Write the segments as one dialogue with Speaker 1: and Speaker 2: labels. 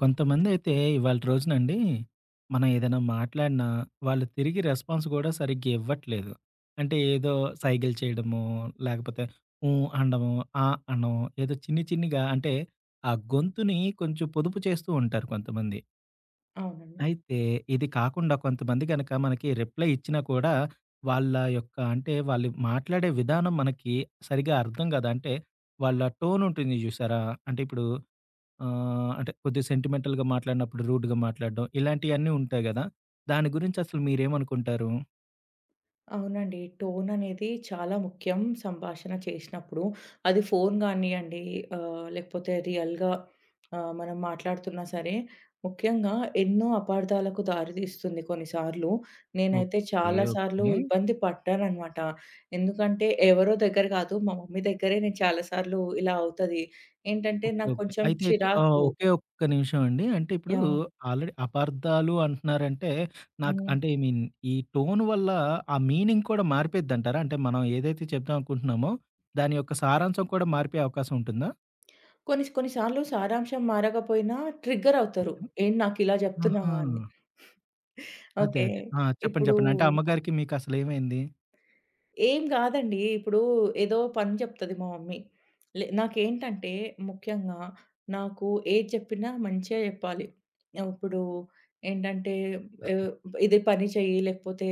Speaker 1: కొంతమందైతే ఇవాళ రోజునండి, మనం ఏదైనా మాట్లాడినా, వాళ్ళు తిరిగి రెస్పాన్స్ గూడా సరిగ్గా ఇవ్వట్లేదు. అంటే ఏదో సైగలు చేయడమో, లేకపోతే హ్మ్. అనడమో, ఆ అనడమో, ఏదో చిన్ని చిన్నిగా అంటే, ఆ గొంతుని కొంచెం పొదుపు చేస్తూ ఉంటారు కొంతమంది.
Speaker 2: అవునండి.
Speaker 1: అయితే ఇది కాకుండా కొంతమంది గనక మనకి రిప్లై ఇచ్చినా కూడా, వాళ్ళ యొక్క అంటే వాళ్ళు మాట్లాడే విధానం మనకి సరిగ్గా అర్థం గాదు. అంటే వాళ్ళ టోన్ ఉంటుంది జూసారా? అంటే ఇప్పుడు అంటే కొద్దిగా సెంటిమెంటల్‌గా మాట్లాడినప్పుడు రూడ్‌గా మాట్లాడడం. ఇలాంటియన్నీ ఉంటాయి గదా! దాని గురించి అసలు మీరేమనుకుంటారు?
Speaker 2: అవునండి. టోననేది చాలా ముఖ్యం సంభాషణ చేసినప్పుడు. అది ఫోను గానియండి లేకపోతే రియల్‌గా మనం మాట్లాడుతున్నా సరే, ముఖ్యంగా ఎన్నో అపార్థాలకు దారితీస్తుంది కొన్నిసార్లు. నేనైతే
Speaker 1: ఓకే.
Speaker 2: చాలా సార్లు
Speaker 1: ఓకే.
Speaker 2: ఇబ్బంది పడ్డాననమాట. ఎందుకంటే ఎవరో దగ్గర కాదు, మా మమ్మీ దగ్గరే నేను చాలా సార్లు ఇలా అవుతది. ఏంటంటే
Speaker 1: ఓకే.
Speaker 2: నాకు
Speaker 1: ఓకే.
Speaker 2: కొంచెం
Speaker 1: అయితే అయితే ఆ!
Speaker 2: చిరాకు
Speaker 1: ఒకే ఒక్క నిమిషం అండి. అంటే ఇప్పుడు
Speaker 2: యాహ్!
Speaker 1: ఆల్రెడీ అపార్థాలు అంటున్నారంటే నాకు
Speaker 2: హ్మ్.
Speaker 1: అంటే ఐ మీన్ ఈ టోన్ వల్ల ఆ మీనింగ్ కూడా మారిపోయిద్దంటారా? అంటే మనం ఏదైతే చెప్దాం అనుకుంటున్నామో దాని యొక్క సారాంశం కూడా మారిపోయే అవకాశం ఉంటుందా?
Speaker 2: కొన్ని కొన్ని సార్లు సారాంశం మారకపోయినా ట్రిగ్గరవుతరు.
Speaker 1: ఓకే.
Speaker 2: "ఏంటి నాకిలా
Speaker 1: ఆహా!
Speaker 2: జెప్తున్నావా?" అని.
Speaker 1: అదే.
Speaker 2: ఓకే.
Speaker 1: అదే. ఆ! చెప్పండి.
Speaker 2: ఇప్పుడు
Speaker 1: చెప్పండి. అంటే అమ్మగారికి మీకు అసలేమైంది?
Speaker 2: ఏం గాదండి. ఇప్పుడు ఏదో పని జెప్తది మా మమ్మీ. నాకేంటంటే ముఖ్యంగా నాకు ఏది జెప్పినా మంచిగా జెప్పాలి. ఇప్పుడు ఏంటంటే ఆహ్, ఇది పని చెయ్యి, లేకపోతే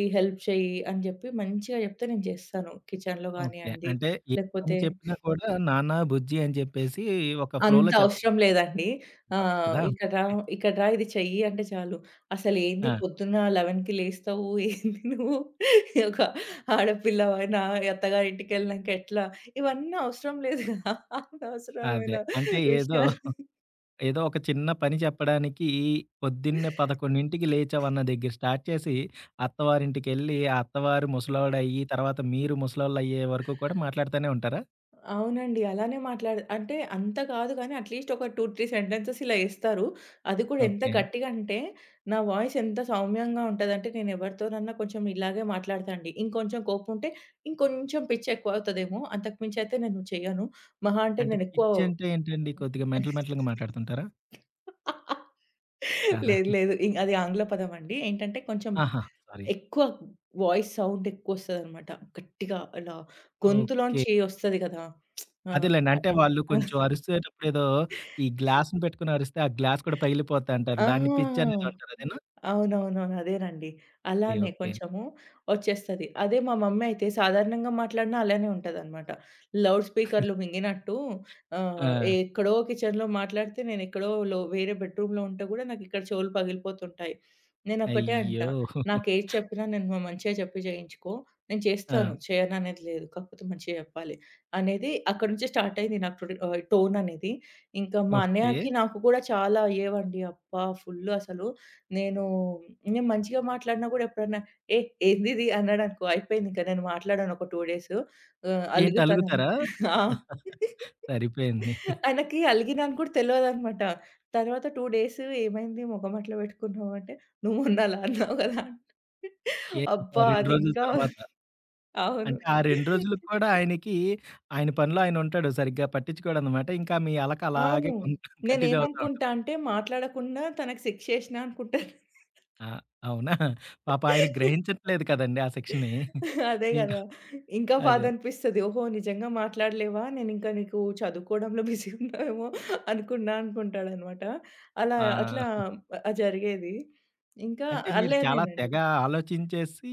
Speaker 2: ఈ హెల్ప్ చెయ్యి అని జెప్పి మంచిగా జెప్తే నేను జేస్తాను. కిచెన్‌లో
Speaker 1: ఓకే.
Speaker 2: గానియండి,
Speaker 1: అంటే ఏ పని
Speaker 2: లేకపోతే
Speaker 1: చెప్పినా కూడా నాన్న, బుజ్జి అని చెప్పేసి ఒక ఫ్లోలో
Speaker 2: అంత అవసరం
Speaker 1: చెప్పాలనుకుంటారు
Speaker 2: లేదండి.
Speaker 1: కదా!
Speaker 2: ఇక్కడ రా,
Speaker 1: ఓకే.
Speaker 2: ఇక్కడ రా ఇది చెయ్యి అంటే చాలు. అసలేంది
Speaker 1: ఆ!
Speaker 2: పొద్దున్న 11కి లేస్తావు? ఏంది నువ్వు? ఒక ఆడపిల్లవైన అత్తగారింటికెళ్ళినంక ఎట్లా? ఇవన్నీ అవసరం లేదు కదా!
Speaker 1: అదే.
Speaker 2: అనవసరమైన
Speaker 1: అంటే ఏదో,
Speaker 2: విషయాలు.
Speaker 1: ఏదో ఒక చిన్న పని చెప్పడానికి పొద్దున్నే 11కి లేచావన్న దగ్గర స్టార్ట్ చేసి, అత్తవారింటికెళ్ళి, ఆ అత్తవారు ముసలోడయ్యి, తర్వాత మీరు ముసలోళ్ళయ్యే వరకు కూడా మాట్లాడుతూనే ఉంటారా?
Speaker 2: అవునండి. అలానే మాట్లాడ అంటే అంత కాదు గానీ అట్‌లీస్ట్ ఒక 2, 3 సెంటెన్సెస్ ఇలా ఏస్తారు. అది కూడా ఎంత
Speaker 1: ఓకే.
Speaker 2: గట్టిగా అంటే, నా వాయిస్ ఎంత సౌమ్యంగా ఉంటదంటే, నేను ఎవరితోనన్నా కొంచెం ఇలాగే మాట్లాడతా అండి. ఇంకొంచెం కోపం ఉంటే, ఇంకొంచెం పిచ్ ఎక్కువ అవుతదేమో. అంతకు మించి అయితే నేను చెయ్యను. మహా అంటే
Speaker 1: అంటే
Speaker 2: నేను ఎక్కువ
Speaker 1: పిచ్చి అంటే ఏంటండి? కొద్దిగా మెంటల్ మెంటల్‌గా మాట్లాడుతుంటారా? కాదా?
Speaker 2: లేదు. లేదు. అది ఆంగ్ల పదం అండి. ఏంటంటే కొంచెం
Speaker 1: ఆహా! సారీ.
Speaker 2: ఎక్కువ వాయిస్ సౌండ్ ఎక్కువొస్తదనమాట. గట్టిగా అలా
Speaker 1: ఓకే.
Speaker 2: గొంతులోంచి ఒస్తది కదా! ఆ!
Speaker 1: అదేలెండి. అంటే వాళ్ళు కొంచెం అరిసేటప్పుడు ఏదో ఈ గ్లాస్‌ని పెట్టుకొని అరిస్తే, ఆ గ్లాస్ కూడా పగిలిపోద్ది అంటారు.
Speaker 2: ఆ!
Speaker 1: దాన్ని పిచ్ అనేది అంటారు. అదేనా?
Speaker 2: అవునవునవును. అదేనండి.
Speaker 1: ఓకే.
Speaker 2: అలానే
Speaker 1: ఓకే.
Speaker 2: కొంచెము ఒచ్చేస్తది. అదే మా మమ్మీ అయితే సాధారణంగా మాట్లాడినా అలానే ఉంటదనమాట. లౌడ్ స్పీకర్‌లు మింగినట్టు
Speaker 1: ఆ!
Speaker 2: ఆహ్, ఎక్కడో కిచెన్‌లో మాట్లాడితే నేనెక్కడో వేరే బెడ్‌రూమ్‌లో ఉంటే గూడా నాకిక్కడ చెవులు పగిలిపోతుంటాయి. నేనొక్కటే
Speaker 1: అయ్యో!
Speaker 2: అంటా, "నాకేది చెప్పినా నేను మా మంచిగా చెప్పి చేయించుకో. నేను చేస్తాను.
Speaker 1: ఆ!
Speaker 2: చేయననేది లేదు. కాకపోతే మంచిగా చెప్పాలి" అనేది అక్కడి నుంచి స్టార్ట్ అయింది నాకు టుడే టోననేది. ఇంకా మా
Speaker 1: ఓకే.
Speaker 2: అన్నయ్యకి నాకు కూడా చాలా అయ్యేవండి. అబ్బా! ఫుల్లు అసలు. నేను నేను మంచిగా మాట్లాడినా గూడా ఎప్పుడన్నా, ఏ ఏందిది అన్నాడనుకో అయిపోయింది ఇంక నేను మాట్లాడను ఒక 2 డేస్.
Speaker 1: ఏంటి అలుగుతారా?
Speaker 2: అలుగుతాననమాట. ఆ!
Speaker 1: సరిపోయింది.
Speaker 2: ఆయనకి అలిగినాను కూడా తెలవదనమాట. తర్వాత 2 డేస్ ఏమైంది మొఖం అట్లా పెట్టుకున్నావు అంటే, "నువ్వు మొన్న అలా అన్నావు గదా!"
Speaker 1: ఏ ఇంకా
Speaker 2: అబ్బా!
Speaker 1: 2
Speaker 2: అది
Speaker 1: రోజుల
Speaker 2: ఇంకా
Speaker 1: తర్వాత.
Speaker 2: అవును.
Speaker 1: అంటే ఆ 2 రోజులకు కూడా ఆయనకి ఆయన పనిలో ఆయన ఉంటాడు. సరిగ్గా పట్టించుకోడనమాట. ఇంకా మీ అలక అలాగే
Speaker 2: అవును.
Speaker 1: కంటిన్యూ అవుతా
Speaker 2: నేనేమనుకుంటా
Speaker 1: ఉంటది.
Speaker 2: అంటే మాట్లాడకుండా తనకి శిక్షేషిన అనుకుంటాను.
Speaker 1: ఆ! అవునా? పాపం ఆయన గ్రహించట్లేదు కదండీ ఆ సెక్షన్‌ని.
Speaker 2: అదే
Speaker 1: ఇంకా
Speaker 2: గదా! ఇంకా
Speaker 1: అదే.
Speaker 2: బాధనిపిస్తది. ఓహో! నిజంగా మాట్లాడలేవా? నేనింకా నీకు చదువుకోవడంలో బిజీ ఉన్నావేమో అనుకున్నా అనుకుంటాడనమాట. అలా
Speaker 1: ఆ!
Speaker 2: అట్లా జరిగేది. ఇంకా
Speaker 1: అంటే మీరు చాలా
Speaker 2: అల్లనేనండి.
Speaker 1: తెగ ఆలోచించేసి,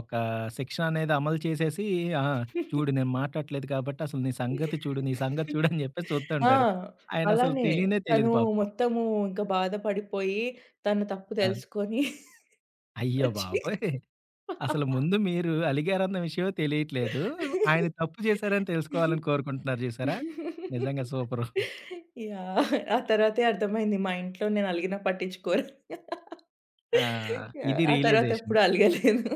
Speaker 1: ఒక శిక్షణ అనేది అమలు చేసేసి, ఆ! చూడు నేను మాట్లాడట్లేదు కాబట్టి అసలు నీ సంగతి చూడు, నీ సంగతి చూడు అని చెప్పేసి చూస్తూ
Speaker 2: ఆ!
Speaker 1: ఉంటారు. ఆయనసలు
Speaker 2: అలానే
Speaker 1: తెలియనే తెలీదు
Speaker 2: తను
Speaker 1: పాపం.
Speaker 2: మొత్తము ఇంకా బాధపడిపోయి తన తప్పు
Speaker 1: ఆ!
Speaker 2: తెలుసుకొని
Speaker 1: అయ్య
Speaker 2: వచ్చి
Speaker 1: బాబోయ్! అసలు ముందు మీరు అలిగారన్న విషయం తెలియట్లేదు. ఆయన తప్పు చేశారని తెలుసుకోవాలని కోరుకుంటున్నారు చూసారా? నిజంగా సూపరు.
Speaker 2: యాహ్! ఆ తర్వాతే అర్థమైంది మా ఇంట్లో నేను అలిగినా పట్టించుకోరని.
Speaker 1: ఆ!
Speaker 2: యాహ్!
Speaker 1: ఇది
Speaker 2: ఆ తర్వాత
Speaker 1: రియలైజేషన్.
Speaker 2: ఎప్పుడు అలగలేదు.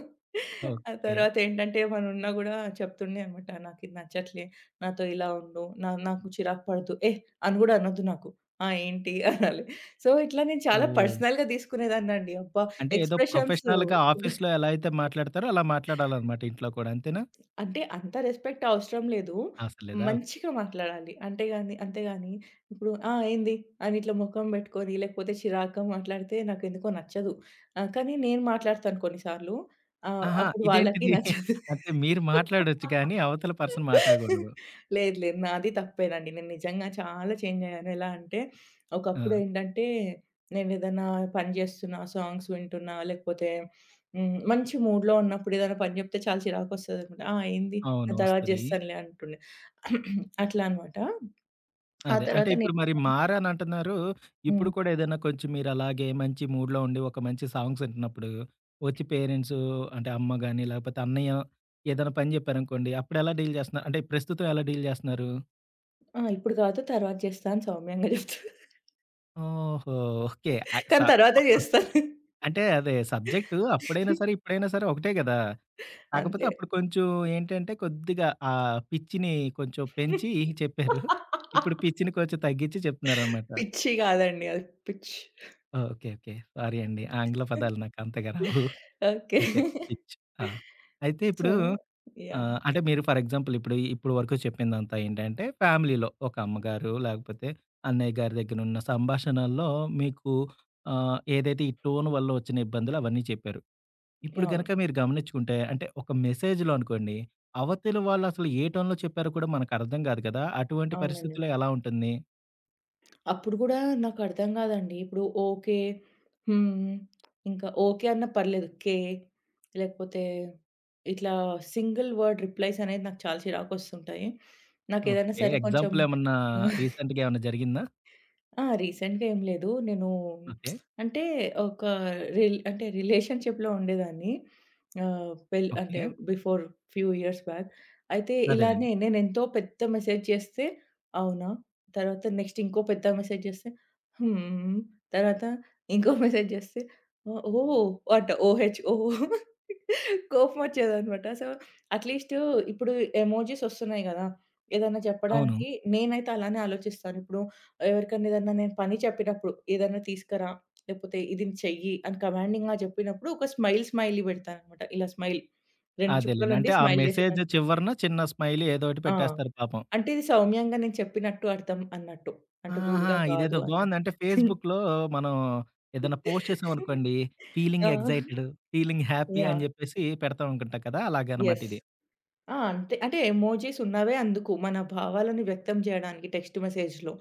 Speaker 2: ఆ
Speaker 1: ఓకే.
Speaker 2: తర్వాత ఏంటంటే ఏమైనా ఉన్నా గూడా చెప్తుండే అనమాట. నాకిది నచ్చట్లే, నాతో ఇలా ఉండు, నాకు చిరాకు పడదు. అని గూడా అనొద్దు నాకు. ఆ! ఏంటి అనాలి. సో, ఇట్లా నేను చాలా
Speaker 1: ఓహ్!
Speaker 2: పర్సనల్‌గా తీసుకునేదాన్నండి. అబ్బా!
Speaker 1: అంటే ఏదో
Speaker 2: ఎక్స్‌ప్రెషన్స్
Speaker 1: ప్రొఫెషనల్‌గా ఆఫీస్‌లో ఎలా అయితే మాట్లాడతారో అలా మాట్లాడాలన్నమాట ఇంట్లో కూడా అంతేనా?
Speaker 2: అంటే అంత రెస్పెక్ట్ అవసరం లేదు.
Speaker 1: అవసరం లేదా? ఓకే.
Speaker 2: మంచిగా మాట్లాడాలి. అంటే గాని అంతే గాని ఇప్పుడు "ఆ! ఏంది?" అని ఇట్లా మొఖం పెట్టుకొని, లేకపోతే చిరాకుగా మాట్లాడితే నాకెందుకో నచ్చదు. కానీ నేను మాట్లాడతాను కొన్ని సార్లు.
Speaker 1: ఆహా!
Speaker 2: అప్పుడు వాళ్ళకి
Speaker 1: ఇదేంటిది?
Speaker 2: నచ్చదు.
Speaker 1: అంటే మీరు మాట్లాడొచ్చు కానీ అవతల పర్సన్ మాట్లాడకూడదు.
Speaker 2: లేదు. లేదు. నాది తప్పేనండి. నేను నిజంగా చాలా చేంజ్ అయ్యాను. ఎలా అంటే
Speaker 1: ఆ!
Speaker 2: ఒకప్పుడేంటంటే నేనేదన్నా పని చేస్తున్నా, సాంగ్స్ వింటున్నా లేకపోతే మంచి మూడ్‌లో ఉన్నప్పుడు ఏదైనా పని జెప్తే చాలా చిరాకొస్తదనమాట. ఆ! ఏంది?
Speaker 1: అవును.
Speaker 2: నేను తర్వాత
Speaker 1: వస్తది.
Speaker 2: జేస్తానులే అంటుండే. అట్లా అనమాట. ఆ
Speaker 1: అదే. అంటే
Speaker 2: తర్వాత
Speaker 1: ఇప్పుడు
Speaker 2: నేను
Speaker 1: మరి మారానంటున్నారు. ఇప్పుడు
Speaker 2: హ్మ్.
Speaker 1: కూడా ఏదైనా కొంచెం మీరు అలాగే మంచి మూడ్‌లో ఉండి ఒక మంచి సాంగ్స్ వింటున్నప్పుడు వచ్చి పేరెంట్స్ అంటే అమ్మ గాని, లేకపోతే అన్నయ్య ఏదైనా పని చెప్పారనుకోండి. అప్పుడెలా డీల్ చేస్తున్నారు? అంటే ప్రస్తుతం ఎలా డీల్ చేస్తున్నారు?
Speaker 2: ఆ! ఇప్పుడు కాదు తర్వాత జేస్తా అని సౌమ్యంగా జెప్తా.
Speaker 1: ఓహో! ఓకే. అ స
Speaker 2: కానీ తర్వాతే జేస్తాను.
Speaker 1: అంటే అదే సబ్జెక్టు అప్పుడైనా సరే, ఇప్పుడైనా సరే ఒకటే గదా! కాకపోతే
Speaker 2: అంతే.
Speaker 1: అప్పుడు కొంచెం ఏంటంటే కొద్దిగా ఆ పిచ్చిని కొంచెం పెంచి చెప్పారు. ఇప్పుడు పిచ్చిని కొంచెం తగ్గించి చెప్తున్నారనమాట.
Speaker 2: పిచ్చి గాదండి. అది పిచ్.
Speaker 1: ఓకే. ఓకే. సారీ అండి. ఆంగ్ల పదాలు నాకు అంతగా రావు.
Speaker 2: ఓకే.
Speaker 1: ఓకే. పిచ్. ఆ! అయితే
Speaker 2: సో
Speaker 1: ఇప్పుడు
Speaker 2: యాహ్!
Speaker 1: అంటే మీరు ఫర్ ఎగ్జాంపుల్ ఇప్పుడు ఇప్పుడు వరకు చెప్పిందంతా ఏంటంటే ఫ్యామిలీలో ఒక అమ్మగారు లేకపోతే అన్నయ్య గారి దగ్గర ఉన్న సంభాషణల్లో మీకు ఏదైతే ఈ టోన్ వల్ల వచ్చిన ఇబ్బందులు అవన్నీ చెప్పారు. ఇప్పుడు
Speaker 2: అవును.
Speaker 1: గనక మీరు గమనించుకుంటే అంటే ఒక మెసేజ్‌లో అనుకోండి, అవతలి వాళ్ళు అసలు ఏ టోన్‌లో చెప్పారో కూడా మనకు అర్థం కాదు కదా! అటువంటి
Speaker 2: అవునండి.
Speaker 1: పరిస్థితిలో ఎలా ఉంటుంది?
Speaker 2: అప్పుడు గూడా నాకర్థం గాదండి. ఇప్పుడు ఓకే. హ్మ్. ఇంకా ఓకే అన్నా పర్లేదు. లేకపోతే ఇట్లా సింగిల్ వర్డ్ రిప్లైస్ అనేది నాకు చాలా చిరాకొస్తుంటాయి. నాకేదైనా
Speaker 1: ఓకే.
Speaker 2: సరే కొంచెం
Speaker 1: ఎగ్జాంపుల్ ఏమన్నా రీసెంట్‌గా ఏమన్నా జరిగిందా?
Speaker 2: ఆ! రీసెంట్‌గా ఏం లేదు. నేను
Speaker 1: ఓకే.
Speaker 2: అంటే ఒక రిల్ అంటే రిలేషన్‌షిప్‌లో ఉండేదాన్ని. పెళ్ అంటే
Speaker 1: okay.
Speaker 2: Before few years back. అయితే
Speaker 1: అదేనండి.
Speaker 2: ఇలానే నేనెంతో పెద్ద మెసేజ్ చేస్తే, అవునా? తర్వాత నెక్స్ట్ ఇంకో పెద్ద మెసేజ్ చేస్తే, హ్మ్. తర్వాత ఇంకో మెసేజ్ చేస్తే, ఓహ్! అంట ఓహెచ్ ఓహ్! కోపం వచ్చేదనమాట. సో, అట్‌లీస్ట్ ఇప్పుడు ఎమోజిస్ వస్తున్నాయి కదా! ఏదైనా
Speaker 1: అవును.
Speaker 2: చెప్పడానికి నేనైతే అలానే ఆలోచిస్తాను. ఇప్పుడు ఎవరికన్నా ఏదన్నా నేను పని చెప్పినప్పుడు, ఏదన్నా తీసుకురా, లేకపోతే ఇది చెయ్యి అని కమాండింగ్‌గా చెప్పినప్పుడు, ఒక స్మైల్ స్మైలీ పెడతాననమాట. ఇలా స్మైల్ 2
Speaker 1: అదేలెండి.
Speaker 2: చుక్కలుండి
Speaker 1: అంటే ఆ
Speaker 2: స్మైల్
Speaker 1: మెసేజ్
Speaker 2: చేసేటట్టు.
Speaker 1: చివరన చిన్న స్మైలీ ఏదో ఒకటి
Speaker 2: ఆ!
Speaker 1: పెట్టేస్తారు పాపం.
Speaker 2: అంటే ఇది సౌమ్యంగా నేను చెప్పినట్టు అర్థం అన్నట్టు. అంటే
Speaker 1: ఆహా!
Speaker 2: రూడ్‌గా
Speaker 1: ఇదేదో
Speaker 2: కాదు
Speaker 1: బాగుంది.
Speaker 2: అన్నట్టు.
Speaker 1: అంటే ఫేస్‌బుక్‌లో మనం ఏదైనా పోస్ట్ చేసామనుకోండి,
Speaker 2: ఆ!
Speaker 1: ఫీలింగ్ ఎక్సైటెడ్, ఫీలింగ్ హ్యాపీ అని
Speaker 2: యాహ్!
Speaker 1: చెప్పేసి పెడతా అనుకుంటా కదా! అలాగనమాట
Speaker 2: యెస్.
Speaker 1: ఇది.
Speaker 2: ఆ! అంతే. అంటే ఎమోజీస్ ఉన్నవే అందుకు. మన భావాలను వ్యక్తం చేయడానికి టెక్స్ట్ మెసేజ్‌లో.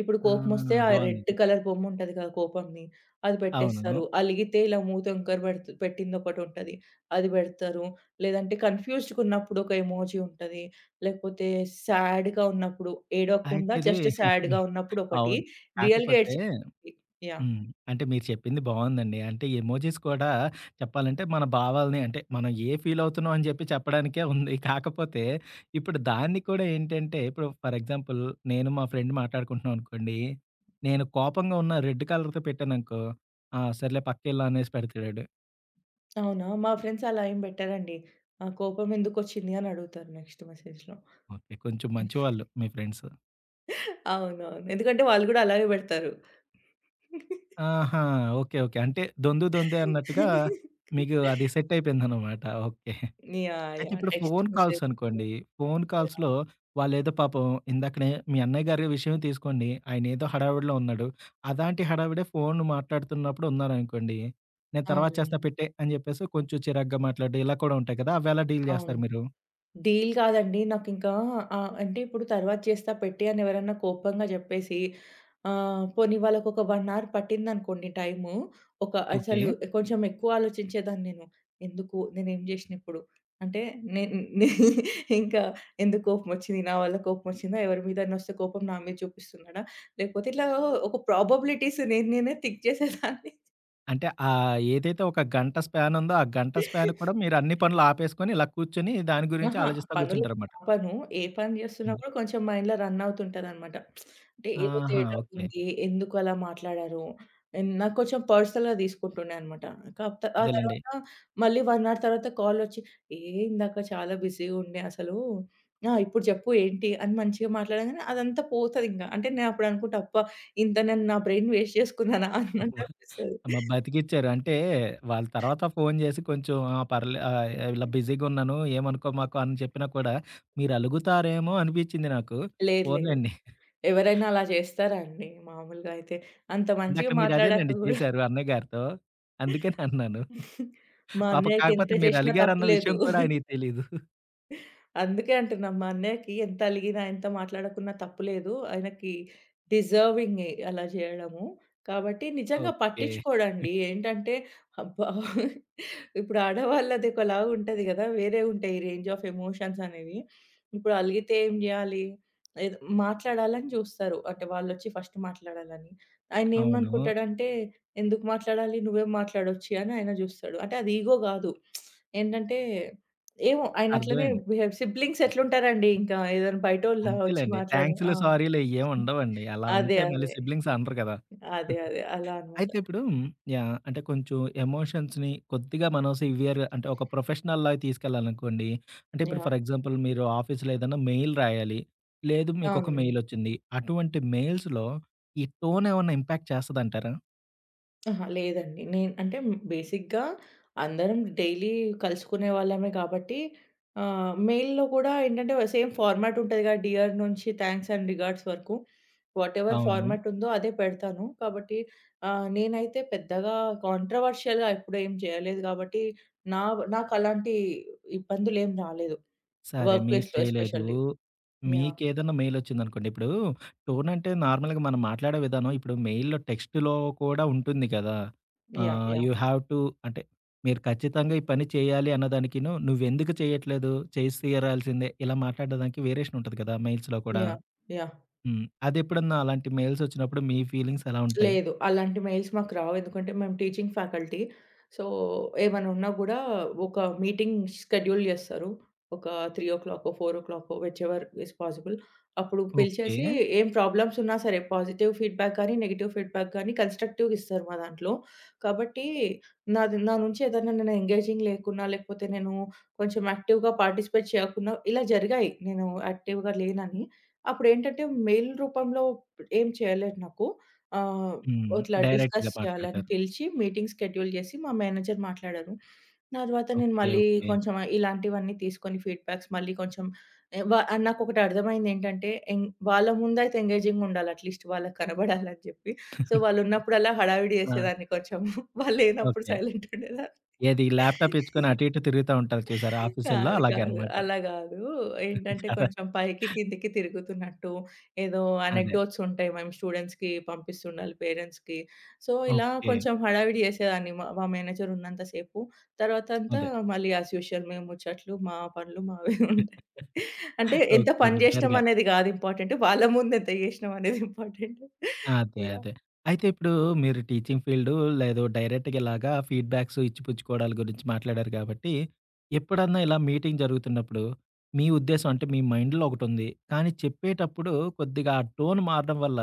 Speaker 2: ఇప్పుడు
Speaker 1: ఆ!
Speaker 2: కోపమొస్తే ఆ
Speaker 1: బాగుంది.
Speaker 2: రెడ్
Speaker 1: ఇది.
Speaker 2: కలర్ బొమ్మ ఉంటది కదా! కోపంది. అది
Speaker 1: అవును.
Speaker 2: పెట్టేస్తారు. అలిగితే ఇలా మూతి వంకర పెడుతు పెట్టిందొకటుంటది. అది పెడతారు. లేదంటే కన్‌ఫ్యూజ్డ్‌గా ఉన్నప్పుడు ఒక ఎమోజీ ఉంటది. లేకపోతే సాడ్‌గా ఉన్నప్పుడు
Speaker 1: అయితే
Speaker 2: ఏడవకుండా
Speaker 1: ఇది
Speaker 2: జస్ట్
Speaker 1: మీ
Speaker 2: సాడ్‌గా ఉన్నప్పుడు ఒకటి.
Speaker 1: అవును.
Speaker 2: రియల్‌గా
Speaker 1: కాకపోతే
Speaker 2: ఏడ్చే యాహ్!
Speaker 1: హ్మ్. అంటే మీరు చెప్పింది బావుందండి. అంటే ఎమోజిస్ కూడా చెప్పాలంటే మన భావాల్ని అంటే మనం ఏ ఫీల్ అవుతున్నాం అని చెప్పి చెప్పడానికే ఉంది. కాకపోతే ఇప్పుడు దాన్ని కూడా ఏంటంటే ఇప్పుడు ఫర్ ఎగ్జాంపుల్ నేను మా ఫ్రెండ్ మాట్లాడుకుంటున్నాం అనుకోండి. నేను కోపంగా ఉన్న రెడ్ కలర్‌తో పెట్టాననుకో, "ఆ! సర్లే పక్కెళ్ళు" అనేసి పెడతాడు.
Speaker 2: అవునా! మా ఫ్రెండ్స్ అలా ఏం పెట్టరండి. ఆ కోపం ఎందుకొచ్చింది అని అడుగుతారు నెక్స్ట్ మెసేజ్‌లో.
Speaker 1: ఓకే. కొంచెం మంచివాళ్ళు మీ ఫ్రెండ్స్.
Speaker 2: అవునవును. ఎందుకంటే వాళ్ళు గూడా అలాగే బెడతారు.
Speaker 1: ఆహా! ఓకే. ఓకే. అంటే దొందు దొందే అన్నట్టుగా మీకు అది సెట్ అయిపోయిందనమాట. ఓకే.
Speaker 2: యాహ్!
Speaker 1: అయితే
Speaker 2: యాహ్!
Speaker 1: ఇప్పుడు
Speaker 2: టెక్స్ట్
Speaker 1: ఫోను కాల్స్
Speaker 2: మెసేజ్.
Speaker 1: అనుకోండి. Phone
Speaker 2: yeah!
Speaker 1: కాల్స్‌లో వాళ్ళేదో పాపం ఇందాకనే మీ అన్నయ్య గారి విషయమే తీసుకోండి. ఆయనేదో హడావిడిలో ఉన్నాడు. అలాంటి హడావిడే ఫోను మాట్లాడుతున్నప్పుడు ఉన్నారనుకోండి. నేను తర్వాత
Speaker 2: అవునండి.
Speaker 1: చేస్తా పెట్టేయి అని జెప్పేసి కొంచెం చిరాగ్గా మాట్లాడడం ఇలా కూడా ఉంటాయి కదా! అవెలా డీల్
Speaker 2: అవును.
Speaker 1: జేస్తారు మీరు?
Speaker 2: డీల్ కాదండి. నాకింకా అంటే ఇప్పుడు తర్వాత చేస్తా పెట్టి అని ఎవరన్నా కోపంగా జెప్పేసి పోనీ వాళ్ళకొక 1 అవర్ పట్టిందనుకోండి టైము. ఒక
Speaker 1: ఓకే.
Speaker 2: అసలు కొంచెం ఎక్కువ ఆలోచించేదాన్ని నేను. ఎందుకు? నేనేం జేసినా ఇప్పుడు? అంటే నే నే ఇంకా ఎందుకు కోపమొచ్చింది? నా వల్ల కోపమొచ్చిందా? ఎవరి మీదనొస్తే కోపం నా మీద చూపిస్తున్నాడా? లేకపోతే ఇట్లా ఒక ప్రాబబిలిటీస్ నేను నేనే థింక్ చేసేదాన్ని.
Speaker 1: అంటే ఏదైతే ఒక గంట స్పాన్ ఉందో, ఆ గంట స్పాన్ కూడా మీరు అన్ని పనులు ఆపేసుకొని ఇలా కూర్చొని దాని గురించి
Speaker 2: అహా!
Speaker 1: ఆలోచిస్తా
Speaker 2: పనులు
Speaker 1: కూర్చుంటారనమాట.
Speaker 2: ఆపను. ఏ పని జేస్తున్నా
Speaker 1: హ్మ్.
Speaker 2: గూడా కొంచెం మైండ్‌లో రన్ అవుతుంటదనమాట. అంటే ఏదో
Speaker 1: ఆహా!
Speaker 2: తేడా
Speaker 1: ఓకే.
Speaker 2: ఉంది. ఎందుకు అలా మాట్లాడారు? నాకు కొంచెం పర్సనల్‌గా తీసుకుంటుండే అనమాట. కాపోతే ఆ
Speaker 1: అదేలెండి.
Speaker 2: తర్వాత మళ్ళీ 1 అవర్ తర్వాత కాలొచ్చి, "ఏ ఇందాక చాలా బిజీగా ఉండే అసలు. ఆ! ఇప్పుడు జెప్పు ఏంటి?" అని మంచిగా మాట్లాడంగానే అదంతా పోతదింక. అంటే నేను అప్పుడు అనుకుంటా, "అబ్బా! ఇంత నేను నా బ్రెయిన్ వేస్ట్ చేసుకున్నానా?" అన్నట్టు అనిపిస్తది.
Speaker 1: అమ్మ! బతికిచ్చారు. అంటే వాళ్ళు తర్వాత ఫోను జేసి కొంచెం ఆ! ఇలా బిజీగున్నాను ఏమనుకో మాకు అని చెప్పినా కూడా మీరు అలుగుతారేమో అనిపిచ్చింది నాకు.
Speaker 2: లేదు లేదు.
Speaker 1: పోన్లెండి.
Speaker 2: ఎవరైనా అలా జేస్తారా అండి? మామూలుగా అయితే. అంత మంచిగా
Speaker 1: ఇందాక మీరు
Speaker 2: మాట్లాడాక
Speaker 1: అదేనండి
Speaker 2: గూడా
Speaker 1: చేశారు అన్నయ్య గారితో. అందుకని అన్నాను.
Speaker 2: మా
Speaker 1: పాపం కాకపోతే
Speaker 2: అన్నయ్యకెంత
Speaker 1: మీరు
Speaker 2: జేషినా తప్పు
Speaker 1: అలిగారన్న విషయం
Speaker 2: లేదు.
Speaker 1: కూడా ఆయనకి తెలీదు.
Speaker 2: అందుకే అంటున్నా మా అన్నయ్యకి ఎంత అలిగినా, ఎంత మాట్లాడకున్నా తప్పు లేదు. ఆయనకి డిజర్వింగే అలా జేయడము. కాబట్టి నిజంగా
Speaker 1: ఓకే.
Speaker 2: పట్టించుకోడండి. ఏంటంటే అబ్బా! ఇప్పుడు ఆడవాళ్ళది ఒకలాగా ఉంటది గదా! వేరే ఉంటాయి రేంజ్ ఆఫ్ ఎమోషన్స్ అనేవి. ఇప్పుడు అలిగితే ఏం జేయాలి? ఏదో మాట్లాడాలని జూస్తారు. అంటే వాళ్ళొచ్చి ఫస్ట్ మాట్లాడాలని.
Speaker 1: అవును.
Speaker 2: ఆయనేమనుకుంటాడంటే, "ఎందుకు మాట్లాడాలి? నువ్వే మాట్లాడొచ్చి" అని ఆయన జూస్తాడు. అంటే అది ఇగో గాదు. ఏంటంటే ఏమో ఆయన అట్లనే
Speaker 1: అర్థమైంది.
Speaker 2: బిహేవ్ సిబ్లింగ్స్ ఎట్లుంటారండి ఇంకా ఏదైనా బయటోళ్ళా వచ్చి
Speaker 1: అంతేలెండి.
Speaker 2: మాట్లాడ ఆ!
Speaker 1: థాంక్స్‌లు, సారీలు ఇయ్యేం ఉండవండి. అలా
Speaker 2: అదే.
Speaker 1: ఉంటే మళ్ళీ
Speaker 2: అదే.
Speaker 1: సిబ్లింగ్స్ అనరు కదా!
Speaker 2: అదే. అదే. అలా అన్నమాట.
Speaker 1: అయితే ఇప్పుడు యాహ్! అంటే కొంచెం ఎమోషన్స్‌ని కొద్దిగా మనం సివియర్ అంటే ఒక ప్రొఫెషనల్‌లాగా తీసుకెళ్ళాలనుకోండి. అంటే ఇప్పుడు ఫర్
Speaker 2: యాహ్!
Speaker 1: ఎగ్జాంపుల్ మీరు ఆఫీస్‌లో ఏదైనా మెయిల్ రాయాలి. లేదు మీకొక
Speaker 2: అవునండి.
Speaker 1: మెయిల్ వచ్చింది. అటువంటి మెయిల్స్‌లో ఈ టోన్ ఏమన్నా ఇంపాక్ట్ చేస్తదంటారా?
Speaker 2: అహా! లేదండి. నేను అంటే బేసిక్‌గా అందరం డైలీ కలుసుకునే వాళ్ళమే కాబట్టి మెయిల్‌లో కూడా ఏంటంటే సేమ్ ఫార్మాట్ ఉంటదిగా డియర్ నుంచి థాంక్స్ అండ్ రిగార్డ్స్ వరకు. వాటెవర్
Speaker 1: అవును.
Speaker 2: ఫార్మాట్ ఉందో అదే పెడతాను. కాబట్టి నేనైతే పెద్దగా కాంట్రోవర్షియల్‌గా ఎప్పుడు ఏం చేయలేదు కాబట్టి నా నాకు అలాంటి ఇబ్బందులేం రాలేదు.
Speaker 1: సరే.
Speaker 2: వర్క్
Speaker 1: మీరు
Speaker 2: ప్లేస్‌లో
Speaker 1: చేయలేదు.
Speaker 2: ఎస్పెషల్లీ. యాహ్!
Speaker 1: మీకేదన్నా మెయిలొచ్చిందనుకోండి. ఇప్పుడు టోన్ అంటే నార్మల్‌గా మనం మాట్లాడే విధానం ఇప్పుడు మెయిల్‌లో టెక్స్ట్‌లో కూడా ఉంటుంది కదా!
Speaker 2: Yeah!
Speaker 1: You
Speaker 2: yeah!
Speaker 1: Have to అంటే మీరు ఖచ్చితంగా ఈ పని చేయాలి అన్నదానికిను, నువ్వెందుకు చేయట్లేదు, చేసి తీరాల్సిందే ఇలా మాట్లాడడానికి వేరియేషన్ ఉంటది కదా! మెయిల్స్‌లో కూడా.
Speaker 2: యాహ్! యాహ్!
Speaker 1: హ్మ్. అదెప్పుడన్నా అలాంటి మెయిల్సొచ్చినప్పుడు మీ ఫీలింగ్స్ ఎలా ఉంటాయి?
Speaker 2: లేదు. అలాంటి మెయిల్స్ మాకు రావు. ఎందుకంటే మేము టీచింగ్ ఫ్యాకల్టీ. సో, ఏమైనా ఉన్నా గూడా ఒక మీటింగ్ షెడ్యూల్ జేస్తారు. ఒక 3:00కో, 4:00కో విచెవర్ ఈస్ పాసిబుల్. అప్పుడు
Speaker 1: ఓకే.
Speaker 2: పిలిచేసి ఏం ప్రాబ్లమ్స్ ఉన్నా సరే పాజిటివ్ ఫీడ్‌బ్యాక్ గానీ, నెగెటివ్ ఫీడ్‌బ్యాక్ గానీ కన్‌స్ట్రక్టివ్‌గా ఇస్తారు మా దాంట్లో. కాబట్టి నా నుంచి ఏదైనా నేను ఎంగేజింగ్ లేకున్నా, లేకపోతే నేను కొంచెం యాక్టివ్‌గా పార్టిసిపేట్ చేయకున్నా ఇలా జరిగాయి. నేను యాక్టివ్‌గా లేనని. అప్పుడేంటంటే మెయిల్ రూపంలో ఏం చేయలేదు నాకు. ఆ!
Speaker 1: హ్మ్.
Speaker 2: ఇట్లా
Speaker 1: డైరెక్ట్‌గా
Speaker 2: డిస్కస్ చేయాలని
Speaker 1: మాట్లాడతారు.
Speaker 2: పిలిచి మీటింగ్ షెడ్యూల్ చేసి మా మేనేజర్ మాట్లాడారు. నా తర్వాత నేను
Speaker 1: ఓకే.
Speaker 2: మళ్ళీ
Speaker 1: ఓకే.
Speaker 2: కొంచెం ఇలాంటివన్నీ తీసుకొని ఫీడ్‌బ్యాక్స్ మళ్ళీ కొంచెం ఎ వ నాకొకటి అర్థమైందేంటంటే వాళ్ళ ముందయితే ఎంగేజింగ్‌గా ఉండాలి అట్‌లీస్ట్ వాళ్ళకి కనబడాలని చెప్పి. సో, వాళ్ళున్నప్పుడల్లా హడావిడి
Speaker 1: ఆ!
Speaker 2: చేసేదాన్ని కొంచెం. వాళ్ళు లేనప్పుడు
Speaker 1: ఓకే.
Speaker 2: సైలెంట్ ఉండేదాన్ని.
Speaker 1: ఏది ల్యాప్‌టాప్ ఇచ్చుకొని అటు ఇటు తిరుగుతా ఉంటారు చూసారా ఆఫీసుల్లో
Speaker 2: కాదు.
Speaker 1: అలాగే
Speaker 2: కాదు.
Speaker 1: అనమాట.
Speaker 2: అలా గాదు. ఏంటంటే
Speaker 1: కదా!
Speaker 2: కొంచెం పైకి, కిందకి తిరుగుతున్నట్టు ఏదో
Speaker 1: అదే.
Speaker 2: అనెక్డోట్స్ ఉంటాయి. మేము స్టూడెంట్స్‌కి పంపిస్తుండాలి పేరెంట్స్‌కి. సో, ఇలా
Speaker 1: ఓకే.
Speaker 2: కొంచెం హడావిడి చేసేదాన్ని మా మా మేనేజర్ ఉన్నంత సేపు. తర్వాతంతా
Speaker 1: అదే.
Speaker 2: మళ్ళీ యాజ్ యూజువల్ మేము ముచ్చట్లు, మా పనులు మావే ఉంటాయి. అంటే ఎంత
Speaker 1: ఓకే.
Speaker 2: పని జేసినాం
Speaker 1: రెగ్యులర్‌గా.
Speaker 2: అనేది గాదు ఇంపార్టెంట్. వాళ్ళ ముందు ఎంత జేసినాం అనేది ఇంపార్టెంట్.
Speaker 1: అదే.
Speaker 2: యాహ్!
Speaker 1: అదే. అయితే ఇప్పుడు మీరు టీచింగ్ ఫీల్డు లేదు డైరెక్ట్‌గా ఇలాగా ఫీడ్‌బ్యాక్స్ ఇచ్చిపుచ్చుకోవడాల గురించి మాట్లాడారు కాబట్టి, ఎప్పుడన్నా ఇలా మీటింగ్ జరుగుతున్నప్పుడు మీ ఉద్దేశం అంటే మీ మైండ్‌లో ఒకటుంది. కానీ చెప్పేటప్పుడు కొద్దిగా ఆ టోన్ మారడం వల్ల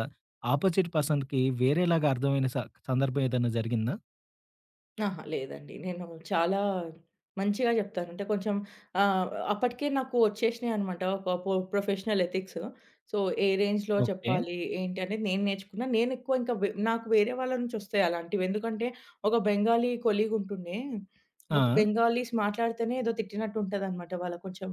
Speaker 1: ఆపోజిట్ పర్సన్‌కి వేరేలాగా అర్థమైన సందర్భం ఏదైనా జరిగిందా?
Speaker 2: అహా! లేదండి. నేను చాలా మంచిగా జెప్తాను. అంటే కొంచెం ఆహ్, అప్పటికే నాకు వచ్చేసినాయనమాట. ఒక ప్రొఫెషనల్ ఎథిక్స్. సో, ఏ రేంజ్‌లో
Speaker 1: ఓకే.
Speaker 2: చెప్పాలి, ఏంటి అనేది నేను నేర్చుకున్నా. నేను ఎక్కువ ఇంకా నాకు వేరే వాళ్ళ నుంచి వస్తాయి అలాంటివి. ఎందుకంటే, ఒక బెంగాలీ కొలీగ్ ఉంటుండే. ఒక
Speaker 1: ఆ!
Speaker 2: బెంగాలీస్ మాట్లాడితేనే ఏదో తిట్టినట్టు ఉంటదనమాట. వాళ్ళు కొంచెం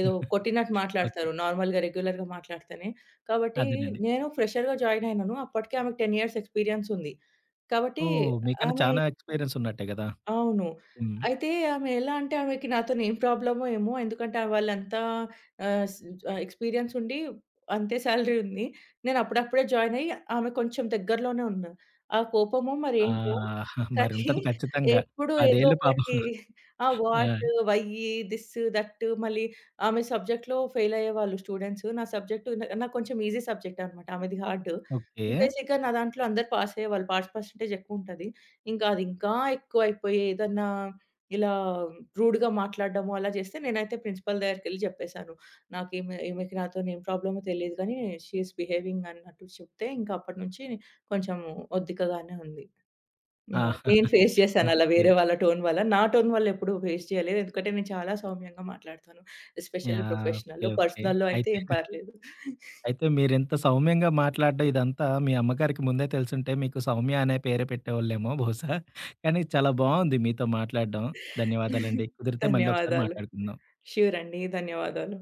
Speaker 2: ఏదో కొట్టినట్టు
Speaker 1: ఓకే.
Speaker 2: మాట్లాడతారు. నార్మల్‌గా రెగ్యులర్‌గా మాట్లాడితేనే. కాబట్టి
Speaker 1: అదేనండి.
Speaker 2: నేను ఫ్రెషర్‌గా జాయిన్ అయినాను. అప్పటికే ఆమెకు 10 ఇయర్స్ ఎక్స్‌పీరియన్స్ ఉంది. కాబట్టి
Speaker 1: ఓహ్! మీకన్నా
Speaker 2: ఆమె
Speaker 1: చానా ఎక్స్‌పీరియన్స్ ఉన్నట్టే గదా!
Speaker 2: అవును.
Speaker 1: హ్మ్.
Speaker 2: అయితే ఆమె ఎలా అంటే ఆమెకి నాతోని ఏం ప్రాబ్లమో ఏమో! ఎందుకంటే వాళ్ళంతా ఆహ్, స్ ఎక్స్‌పీరియన్స్ ఉండి అంతే సాలరీ ఉంది. నేను అప్పుడప్పుడే జాయిన్ అయ్యి ఆమె కొంచెం దగ్గరలోనే ఉన్నా. ఆ కోపమో
Speaker 1: ఆ!
Speaker 2: మరేంటో కానీ
Speaker 1: మరుంటది ఖచ్చితంగా.
Speaker 2: ఎప్పుడు
Speaker 1: 10
Speaker 2: ఏదో
Speaker 1: ఏళ్ళు
Speaker 2: ఒకటి
Speaker 1: పాపం.
Speaker 2: ఆ! వాట్,
Speaker 1: ఆ!
Speaker 2: వై, థిస్, థట్ మళ్ళీ ఆమె సబ్జెక్ట్‌లో ఫెయిల్ అయ్యేవాళ్ళు స్టూడెంట్స్. నా సబ్జెక్ట్ నాకు కొంచెం ఈజీ సబ్జెక్ట్ అనమాట. ఆమెది హార్డ్.
Speaker 1: ఓకే.
Speaker 2: బేసిక్‌గా నా దాంట్లో అందరూ పాస్ అయ్యేవాళ్ళు. పాస్ పర్సెంటేజ్ ఎక్కువుంటది. ఇంకా అది ఇంకా ఎక్కువైపోయి ఏదన్నా ఇలా రూడ్‌గా మాట్లాడడము అలా చేస్తే నేనైతే ప్రిన్సిపల్ దగ్గరికెళ్ళి చెప్పేసాను. ఈమెకి నాతోని ఏం ప్రాబ్లమో తెలీదు గానీ షీ ఈస్ బిహేవింగ్ అన్నట్టు చెప్తే ఇంకా అప్పటి నుంచి కొంచెం ఒద్దికగానే ఉంది.
Speaker 1: ఆ!
Speaker 2: యాహ్! నేను ఫేస్ చేశాను అలా
Speaker 1: ఓకే.
Speaker 2: వేరే వాళ్ళ టోన్ వల్ల. నా టోన్ వల్ల ఎప్పుడు ఫేస్ చేయలేదు. ఎందుకంటే నేను చాలా సౌమ్యంగా మాట్లాడతాను. Especially
Speaker 1: yeah! ఓకే.
Speaker 2: ప్రొఫెషనల్‌లో.
Speaker 1: ఓకే.
Speaker 2: పర్సనల్‌లో అయితే
Speaker 1: అయితే,
Speaker 2: ఏం పర్లేదు.
Speaker 1: అయితే మీరింత సౌమ్యంగా మాట్లాడడం ఇదంతా మీ అమ్మగారికి ముందే తెలిసుంటే మీకు సౌమ్య అనే పేరే పెట్టేవాళ్ళేమో బహుశా. కానీ చాలా బావుంది మీతో మాట్లాడడం. ధన్యవాదాలండి. కుదిరితే మళ్ళీ ఒకసారి
Speaker 2: ధన్యవాదాలు.
Speaker 1: మాట్లాడుకుందాం.
Speaker 2: ష్యూర్ అండి. ధన్యవాదాలు.